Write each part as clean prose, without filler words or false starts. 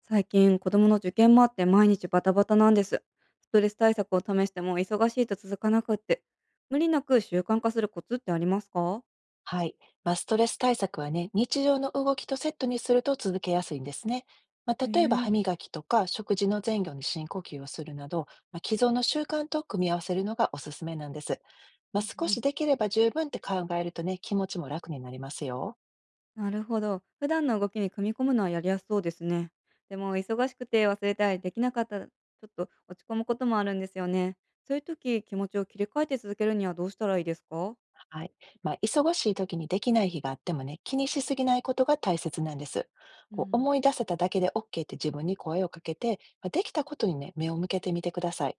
最近、子供の受験もあって毎日バタバタなんです。ストレス対策を試しても忙しいと続かなくって。無理なく習慣化するコツってありますか？はい。まあ、ストレス対策はね、日常の動きとセットにすると続けやすいんですね。まあ、え例えば歯え。磨きとか食事の前後に深呼吸をするなど、まあ、既存の習慣と組み合わせるのがおすすめなんです。まあ、うん少うしん、できれば十分って考えるとね、気持ちも楽になりますよ。なるほど。普段の動きに組み込むのはやりやすそうですね。でも忙しくて忘れたりできなかったら、ちょっと落ち込むこともあるんですよね。そういう時、気持ちを切り替えて続けるにはどうしたらいいですか？はい。まあ、忙しい時にできない日があってもね、気にしすぎないことが大切なんです。うこうん、思い出せただけで OK って自分に声をかけて、まあ、できたことにね、目を向けてみてください。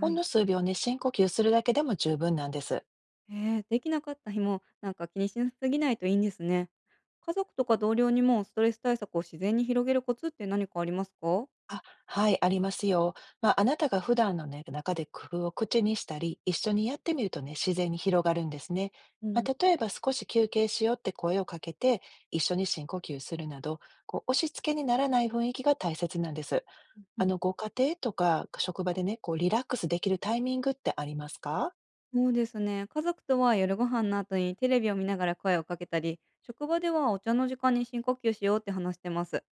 ほんのい。数秒ね、深呼吸するだけでも十分なんです。できなかった日も、なんか気にしすぎないといいんですね。家族とか同僚にもストレス対策を自然に広げるコツって何かありますか？あ、はい、ありますよ。まあ、あなたが普段のね、中で工夫を口にしたり、一緒にやってみるとね、自然に広がるんですね。うまん、あ、例えば少し休憩しようって声をかけて、一緒に深呼吸するなど、こう押し付けにならない雰囲気が大切なんです。うあん、の、ご家庭とか職場でね、こうリラックスできるタイミングってありますか？そうですね。家族とは夜ご飯の後にテレビを見ながら声をかけたり、職場ではお茶の時間に深呼吸しようって話してます。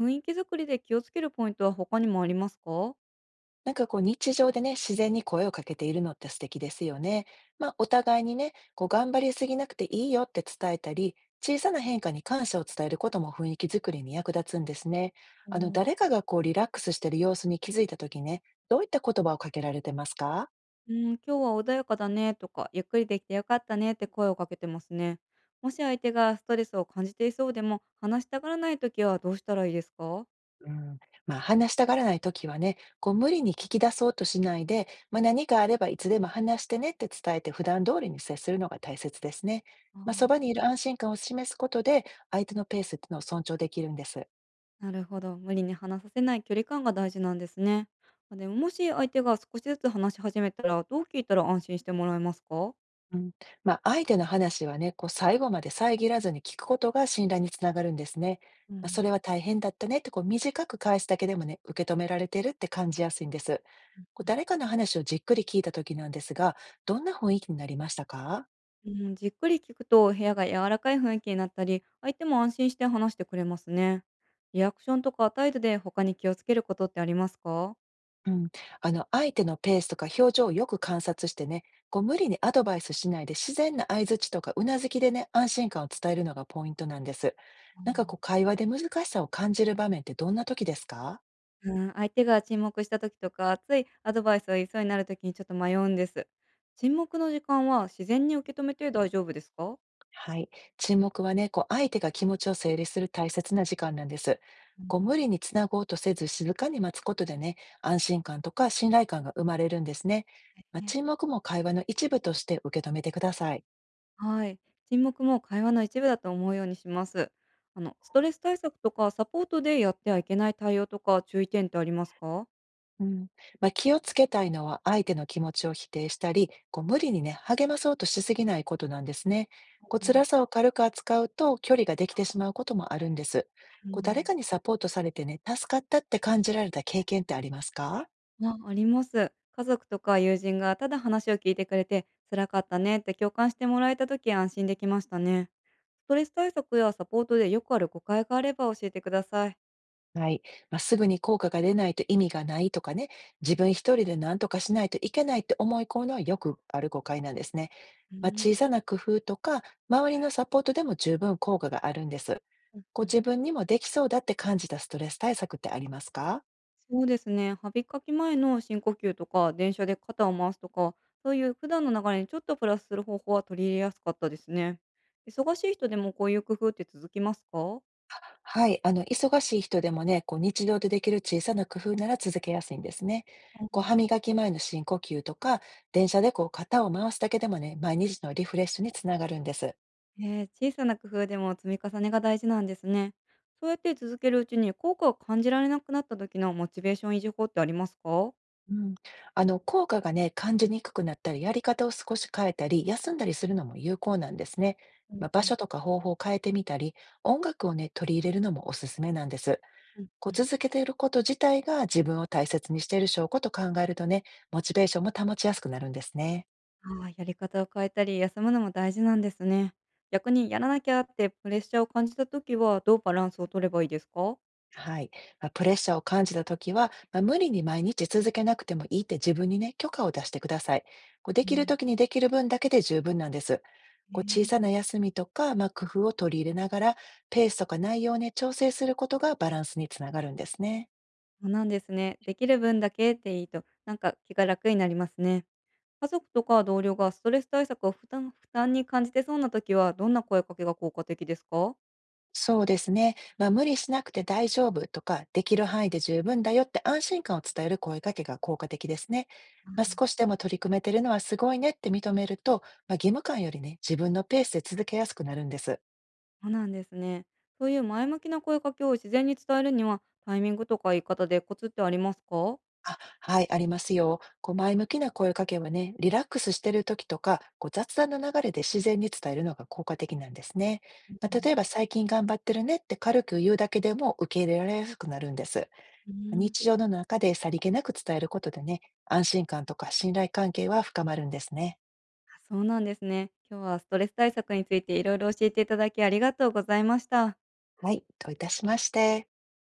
雰囲気作りで気をつけるポイントは他にもありますか？なんかこう日常でね、自然に声をかけているのって素敵ですよね。まあ、お互いにね、こう頑張りすぎなくていいよって伝えたり、小さな変化に感謝を伝えることも雰囲気づくりに役立つんですね。おあの、ー。誰かがこうリラックスしてる様子に気づいた時ね、どういった言葉をかけられてますか？うん、今日は穏やかだねとか、ゆっくりできてよかったねって声をかけてますね。もし相手がストレスを感じていそうでも、話したがらないときはどうしたらいいですか？うん、まあ、話したがらない時はね、こう無理に聞き出そうとしないで、まあ、何かあればいつでも話してねって伝えて普段通りに接するのが大切ですね。あまあ、そばにあ、いる安心感を示すことで、相手のペースっていうのを尊重できるんです。なるほど。無理に話させない距離感が大事なんですね。あ、でも、もし相手が少しずつ話し始めたら、どう聞いたら安心してもらえますか？うん、まあ、相手の話はね、こう最後まで遮らずに聞くことが信頼につながるんですね。うまあ、それん、は大変だったねってこう短く返すだけでもね、受け止められてるって感じやすいんです。こうう誰かの話をじっくり聞いた時なんですが、どんな雰囲気になりましたか？んうん、じっくり聞くと部屋が柔らかい雰囲気になったり、相手も安心して話してくれますね。リアクションとか態度で他に気をつけることってありますか？うん、あの相手のペースとか表情をよく観察してね、こう無理にアドバイスしないで自然な相槌とかうなずきでね、安心感を伝えるのがポイントなんです。なんかこう会話で難しさを感じる場面ってどんな時ですか？うん、相手が沈黙した時とか、ついアドバイスを言いそうになる時にちょっと迷うんです。沈黙の時間は自然に受け止めて大丈夫ですか？はい。沈黙はね、こう相手が気持ちを整理する大切な時間なんです。うん、こう無理につなごうとせず静かに待つことでね、安心感とか信頼感が生まれるんですね。まあ、ね、沈黙も会話の一部として受け止めてください。はい。沈黙も会話の一部だと思うようにします。あの、ストレス対策とかサポートでやってはいけない対応とか注意点ってありますか？うん、まあ、気をつけたいのは相手の気持ちを否定したり、こう無理にね、励まそうとしすぎないことなんですね。こうう辛んさを軽く扱うと距離ができてしまうこともあるんです。うこう誰ん、かにサポートされてね、助かったって感じられた経験ってありますか？あ、あります。家族とか友人がただ話を聞いてくれて、辛かったねって共感してもらえた時、安心できましたね。ストレス対策やサポートでよくある誤解があれば教えてください。はい。まあ、すぐに効果が出ないと意味がないとかね、自分一人で何とかしないといけないって思い込むのはよくある誤解なんですね。うまあ、ん、小さな工夫とか、周りのサポートでも十分効果があるんです。うんごうん。自分にもできそうだって感じたストレス対策ってありますか？そうですね。歯磨き前の深呼吸とか、電車で肩を回すとか、そういう普段の流れにちょっとプラスする方法は取り入れやすかったですね。忙しい人でもこういう工夫って続きますか？はい、あの、忙しい人でもね、こう日常でできる小さな工夫なら続けやすいんですね。こう歯磨き前の深呼吸とか、電車でこう肩を回すだけでもね、毎日のリフレッシュにつながるんです。ええ、小さな工夫でも積み重ねが大事なんですね。そうやって続けるうちに効果を感じられなくなった時のモチベーション維持法ってありますか？うん、あの効果がね、感じにくくなったり、やり方を少し変えたり、休んだりするのも有効なんですね。うんまあ、場うん、所とか方法を変えてみたり、音楽をね、取り入れるのもおすすめなんです。うんこううん、続けていること自体が自分を大切にしている証拠と考えるとね、モチベーションも保ちやすくなるんですね。ああー、やり方を変えたり休むのも大事なんですね。逆にやらなきゃってプレッシャーを感じた時はどうバランスを取ればいいですか？はい。まあ、プレッシャーを感じたときは、まあ、無理に毎日続けなくてもいいって自分にね、許可を出してください。こう、できるときにはできる分だけで十分なんです。こう、い小ね、さな休みとか、まあ、工夫を取り入れながら、ペースとか内容をね、調整することがバランスにつながるんですね。そうなんですね。できる分だけっていいと、なんか気が楽になりますね。家族とか同僚がストレス対策を負担負担に感じてそうな時は、どんな声かけが効果的ですか？そうですね。まあ、無理しなくて大丈夫とか、できる範囲で十分だよって安心感を伝える声かけが効果的ですね。まあ、少しでも取り組めてるのはすごいねって認めると、まあ、義務感よりね、自分のペースで続けやすくなるんです。そうなんですね。そういう前向きな声かけを自然に伝えるには、タイミングとか言い方でコツってありますか？あ、はい、ありますよ。こう前向きな声かけはね、リラックスしてる時とか、こう雑談の流れで自然に伝えるのが効果的なんですね。まあ、例えば最近頑張ってるねって軽く言うだけでも受け入れられやすくなるんです。うまん。日常の中でさりげなく伝えることでね、安心感とか信頼関係は深まるんですね。あ、そうなんですね。今日はストレス対策についていろいろ教えていただき、ありがとうございました。はい、といたしまして。